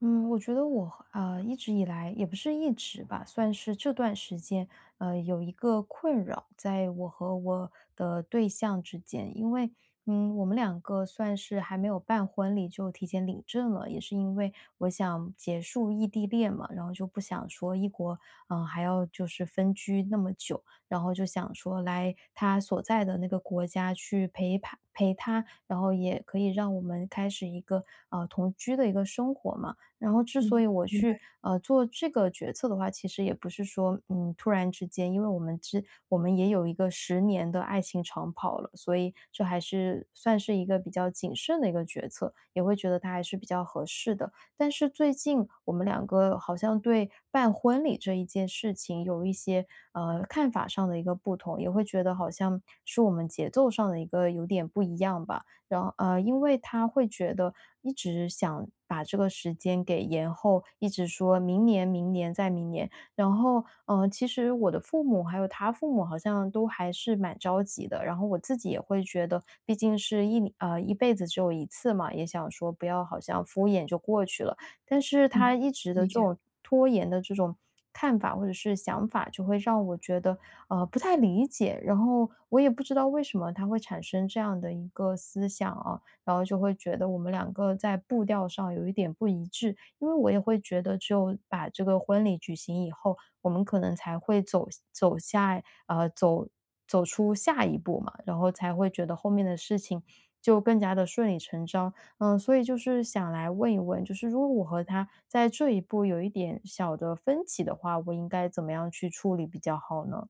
嗯，我觉得我和一直以来也不是一直吧，算是这段时间有一个困扰，在我和我的对象之间。因为我们两个算是还没有办婚礼就提前领证了，也是因为我想结束异地恋嘛，然后就不想说异国还要就是分居那么久，然后就想说来他所在的那个国家去陪他陪他，然后也可以让我们开始一个同居的一个生活嘛。然后之嗯，所以我明白，去做这个决策的话，其实也不是说突然之间，因为我们也有一个10年的爱情长跑了，所以这还是算是一个比较谨慎的一个决策，也会觉得它还是比较合适的。但是最近我们两个好像对办婚礼这一件事情有一些看法上的一个不同，也会觉得好像是我们节奏上的一个有点不一样吧。然后因为他会觉得一直想把这个时间给延后，一直说明年、明年再明年。然后，其实我的父母还有他父母好像都还是蛮着急的。然后我自己也会觉得，毕竟是一辈子只有一次嘛，也想说不要好像敷衍就过去了。但是他嗯，一直的理这解，种拖延的这种看法或者是想法，就会让我觉得不太理解。然后我也不知道为什么他会产生这样的一个思想啊，然后就会觉得我们两个在步调上有一点不一致，因为我也会觉得只有把这个婚礼举行以后，我们可能才会走出下一步嘛，然后才会觉得后面的事情就更加的顺理成章。嗯，所以就是想来问一问，就是如果我和他在这一步有一点小的分歧的话，我应该怎么样去处理比较好呢？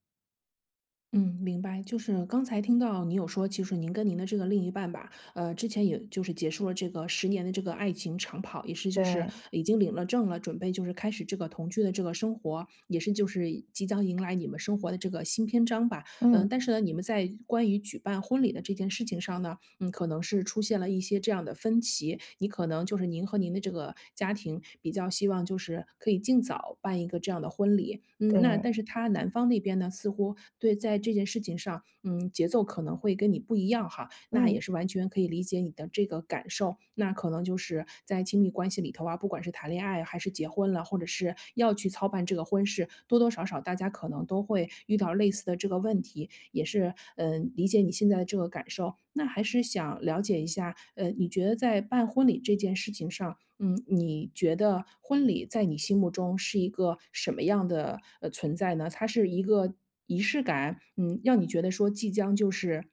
嗯，明白。就是刚才听到你有说，其实您跟您的这个另一半吧，之前也就是结束了这个十年的这个爱情长跑，也是就是对。已经领了证了，准备就是开始这个同居的这个生活，也是就是即将迎来你们生活的这个新篇章吧。嗯。嗯、但是呢，你们在关于举办婚礼的这件事情上呢，嗯，可能是出现了一些这样的分歧，你可能就是您和您的这个家庭比较希望就是可以尽早办一个这样的婚礼，嗯，那对。但是他男方那边呢，似乎对在这件事情上，嗯，节奏可能会跟你不一样哈，那也嗯。是完全可以理解你的这个感受。感受，那可能就是在亲密关系里头啊，不管是谈恋爱还是结婚了，或者是要去操办这个婚事，多多少少大家可能都会遇到类似的这个问题，也是嗯，理解你现在的这个感受。那还是想了解一下，你觉得在办婚礼这件事情上，嗯，你觉得婚礼在你心目中是一个什么样的存在呢？它是一个仪式感，嗯，让你觉得说即将就是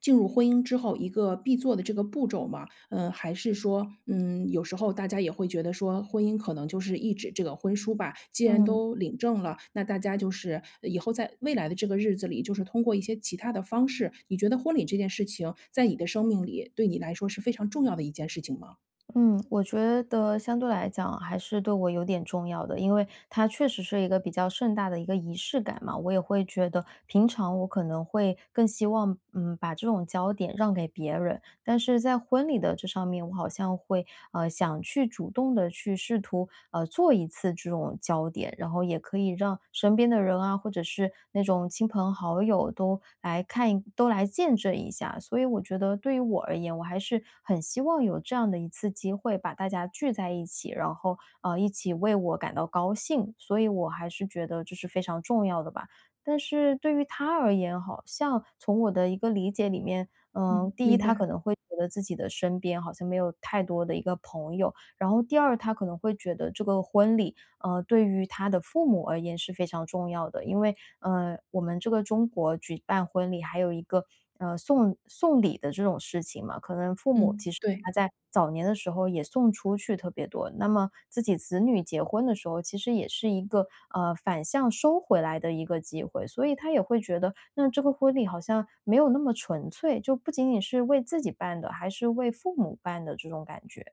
进入婚姻之后一个必做的这个步骤吗？嗯，还是说，嗯，有时候大家也会觉得说，婚姻可能就是一纸这个婚书吧，既然嗯。都领证了，那大家就是以后在未来的这个日子里，就是通过一些其他的方式，你觉得婚礼这件事情在你的生命里，对你来说是非常重要的一件事情吗？嗯，我觉得相对来讲还是对我有点重要的，因为它确实是一个比较盛大的一个仪式感嘛。我也会觉得，平常我可能会更希望，嗯，把这种焦点让给别人。但是在婚礼的这上面，我好像会想去主动的去试图做一次这种焦点，然后也可以让身边的人啊，或者是那种亲朋好友都来看一都来见证一下。所以我觉得对于我而言，我还是很希望有这样的一次机会，把大家聚在一起，然后一起为我感到高兴。所以我还是觉得这是非常重要的吧。但是对于他而言，好像从我的一个理解里面，嗯，嗯，第一，明他白，可能会觉得自己的身边好像没有太多的一个朋友。然后第二，他可能会觉得这个婚礼，对于他的父母而言是非常重要的。因为，我们这个中国举办婚礼还有一个，送礼的这种事情嘛。可能父母其嗯，实对。他在早年的时候也送出去特别多，那么自己子女结婚的时候，其实也是一个反向收回来的一个机会，所以他也会觉得那这个婚礼好像没有那么纯粹，就不仅仅是为自己办的，还是为父母办的这种感觉。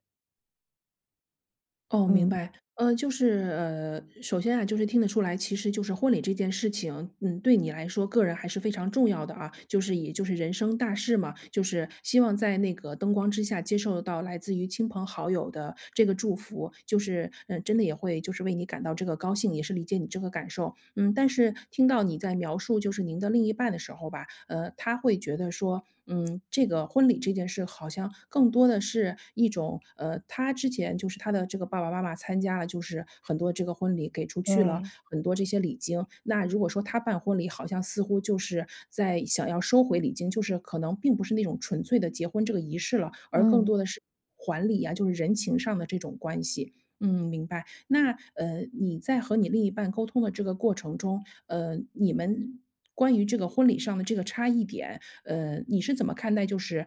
哦，明嗯。白。首先啊，就是听得出来，其实就是婚礼这件事情，嗯，对你来说，个人还是非常重要的啊，就是也就是人生大事嘛，就是希望在那个灯光之下接受到来自于亲朋好友的这个祝福，就是，嗯，真的也会就是为你感到这个高兴，也是理解你这个感受。嗯，但是听到你在描述就是您的另一半的时候吧，他会觉得说，嗯，这个婚礼这件事好像更多的是一种，他之前就是他的这个爸爸妈妈参加了，就是很多这个婚礼给出去了对。很多这些礼金。那如果说他办婚礼，好像似乎就是在想要收回礼金，就是可能并不是那种纯粹的结婚这个仪式了，而更嗯。多的是还礼啊，就是人情上的这种关系。嗯，明白。那你在和你另一半沟通的这个过程中，你们关于这个婚礼上的这个差异点，你是怎么看待就是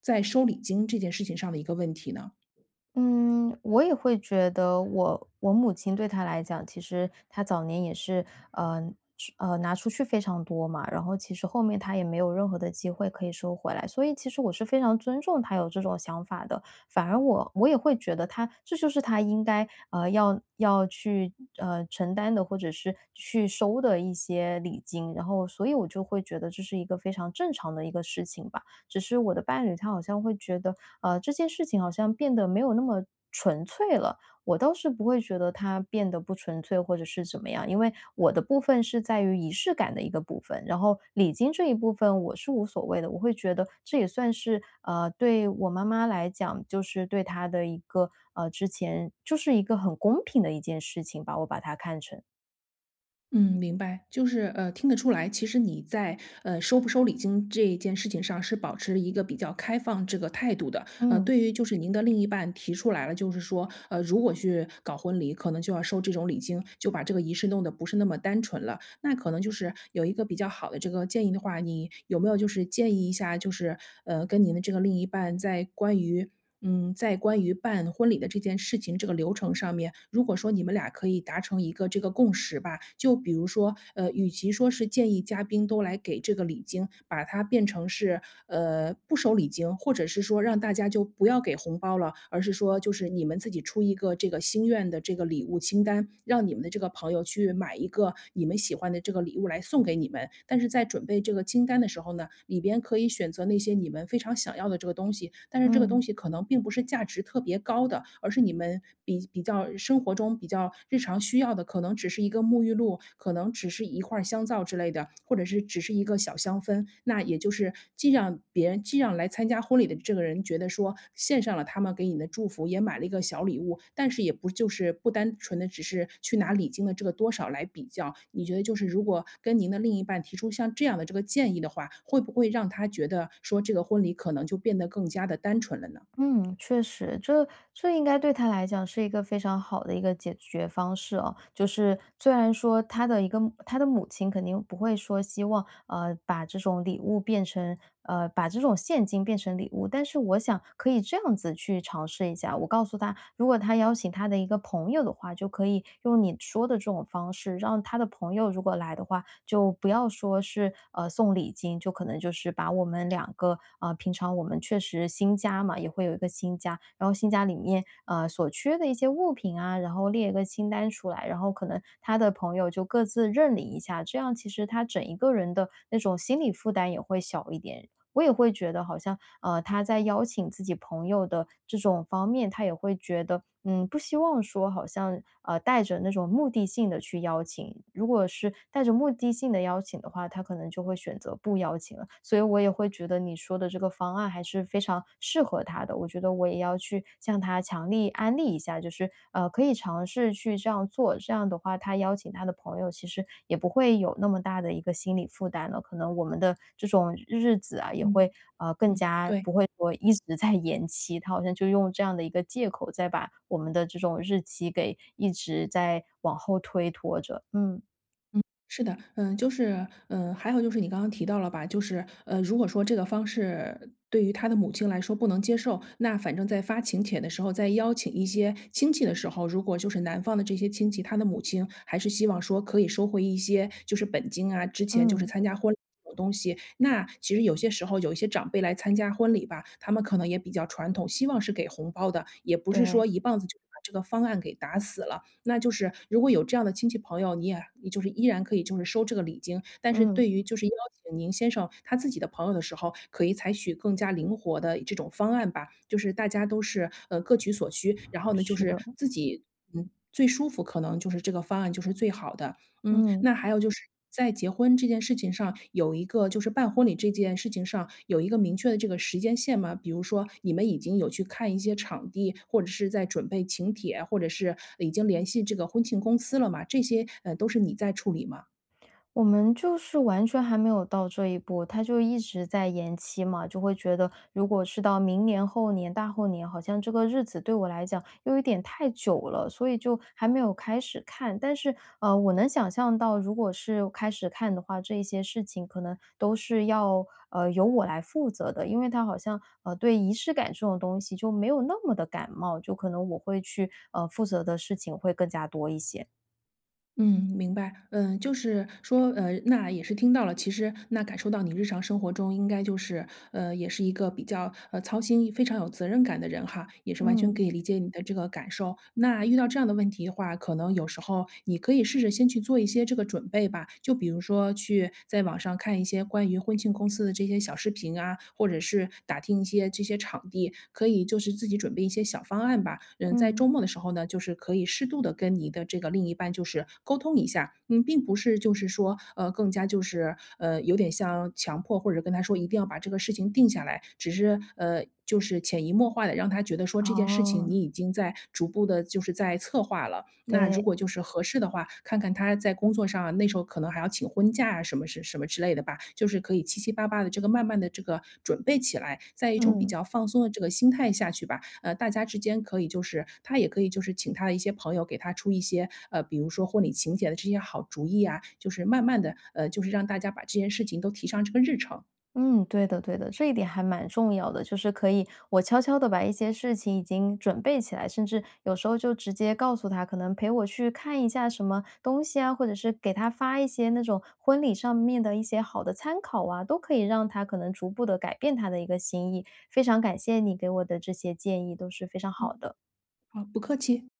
在收礼金这件事情上的一个问题呢？嗯，我也会觉得我母亲对他来讲，其实她早年也是，呃拿出去非常多嘛，然后其实后面她也没有任何的机会可以收回来，所以其实我是非常尊重她有这种想法的。反而我也会觉得她这就是她应该，要去，承担的或者是去收的一些礼金，然后所以我就会觉得这是一个非常正常的一个事情吧。只是我的伴侣他好像会觉得，这件事情好像变得没有那么纯粹了。我倒是不会觉得它变得不纯粹或者是怎么样，因为我的部分是在于仪式感的一个部分，然后礼金这一部分我是无所谓的。我会觉得这也算是对我妈妈来讲，就是对她的一个之前就是一个很公平的一件事情吧，我把它看成。嗯，明白，就是,听得出来，其实你在收不收礼金这件事情上是保持一个比较开放这个态度的。嗯。对于就是您的另一半提出来了，就是说，如果去搞婚礼，可能就要收这种礼金，就把这个仪式弄得不是那么单纯了。那可能就是有一个比较好的这个建议的话，你有没有就是建议一下，就是跟您的这个另一半在关于嗯，在关于办婚礼的这件事情，这个流程上面，如果说你们俩可以达成一个这个共识吧，就比如说，与其说是建议嘉宾都来给这个礼金，把它变成是，不收礼金，或者是说让大家就不要给红包了，而是说就是你们自己出一个这个心愿的这个礼物清单，让你们的这个朋友去买一个你们喜欢的这个礼物来送给你们。但是在准备这个清单的时候呢，里边可以选择那些你们非常想要的这个东西，但是这个东嗯。西可能。可能并不是价值特别高的，而是你们比较生活中比较日常需要的，可能只是一个沐浴露，可能只是一块儿香皂之类的，或者是只是一个小香氛。那也就是既让别人既让来参加婚礼的这个人觉得说献上了他们给你的祝福，也买了一个小礼物，但是也不就是不单纯的只是去拿礼金的这个多少来比较。你觉得就是如果跟您的另一半提出像这样的这个建议的话，会不会让他觉得说这个婚礼可能就变得更加的单纯了呢？嗯，确实，这这应该对他来讲是一个非常好的一个解决方式哦。就是虽然说他的母亲肯定不会说希望把这种现金变成礼物，但是我想可以这样子去尝试一下。我告诉他，如果他邀请他的一个朋友的话，就可以用你说的这种方式，让他的朋友如果来的话，就不要说是送礼金。就可能就是把我们两个平常我们确实新家嘛，也会有一个新家，然后新家里面所缺的一些物品啊，然后列一个清单出来，然后可能他的朋友就各自认领一下，这样其实他整一个人的那种心理负担也会小一点。我也会觉得好像，他在邀请自己朋友的这种方面，他也会觉得，嗯，不希望说好像，带着那种目的性的去邀请。如果是带着目的性的邀请的话，他可能就会选择不邀请了。所以我也会觉得你说的这个方案还是非常适合他的。我觉得我也要去向他强力。可以安利一下，就是可以尝试去这样做。这样的话，他邀请他的朋友，其实也不会有那么大的一个心理负担了。可能我们的这种日子啊，也会嗯更嗯，加对，不会说一直在延期。他好像就用这样的一个借口，再把我们的这种日期给一直在往后推拖着。嗯。是的，嗯，就是，嗯，还有就是你刚刚提到了吧，就是，如果说这个方式对于他的母亲来说不能接受，那反正在发请帖的时候，在邀请一些亲戚的时候，如果就是男方的这些亲戚，他的母亲还是希望说可以收回一些，就是本金啊，之前就是嗯。参加婚。东西，那其实有些时候有一些长辈来参加婚礼吧，他们可能也比较传统，希望是给红包的，也不是说对。一棒子就把这个方案给打死了。那就是如果有这样的亲戚朋友，你就是依然可以就是收这个礼金，但是嗯。对于就是邀请您先生他自己的朋友的时候，可以采取更加灵活的这种方案吧，就是大家都是各取所需，然后呢就是是的。自己嗯最舒服，可能就是这个方案就是最好的。嗯，嗯。那还有就是在结婚这件事情上，有一个就是办婚礼这件事情上有一个明确的这个时间线吗？比如说你们已经有去看一些场地，或者是在准备请帖，或者是已经联系这个婚庆公司了嘛？这些都是你在处理吗？我们就是完全还没有到这一步，他就一直在延期嘛。就会觉得如果是到明年、后年、大后年，好像这个日子对我来讲又有一点太久了，所以就还没有开始看。但是，我能想象到，如果是开始看的话，这一些事情可能都是要由我来负责的。因为他好像对仪式感这种东西就没有那么的感冒，就可能我会去负责的事情会更加多一些。嗯，明白。嗯，就是说，那也是听到了，其实那感受到你日常生活中应该就是，也是一个比较操心、非常有责任感的人哈，也是完全嗯。可以理解你的这个感受。那遇到这样的问题的话，可能有时候你可以试着先去做一些这个准备吧，就比如说去在网上看一些关于婚庆公司的这些小视频啊，或者者是打听一些这些场地，可以就是自己准备一些小方案吧。嗯，在嗯。周末的时候呢，就是可以适度的跟你的这个另一半就是沟通一下，嗯，并不是就是说，更加就是，有点像强迫或者跟他说一定要把这个事情定下来，只是，就是潜移默化的让他觉得说这件事情哦。你已经在逐步的就是在策划了。那如对。果就是合适的话，看看他在工作上啊，那时候可能还要请婚假啊，什么什么之类的吧，就是可以七七八八的这个慢慢的这个准备起来，在一种比嗯。较放松的这个心态下去吧。大家之间可以就是他也可以就是请他的一些朋友给他出一些，比如说婚礼请柬的这些好主意啊，就是慢慢的就是让大家把这件事情都提上这个日程。嗯，对的对的，这一点还蛮重要的。就是可以我悄悄的把一些事情已经准备起来，甚至有时候就直接告诉他，可能陪我去看一下什么东西啊，或者是给他发一些那种婚礼上面的一些好的参考啊，都可以让他可能逐步的改变他的一个心意。非常感谢你给我的这些建议，都是非常好嗯。的。好，不客气。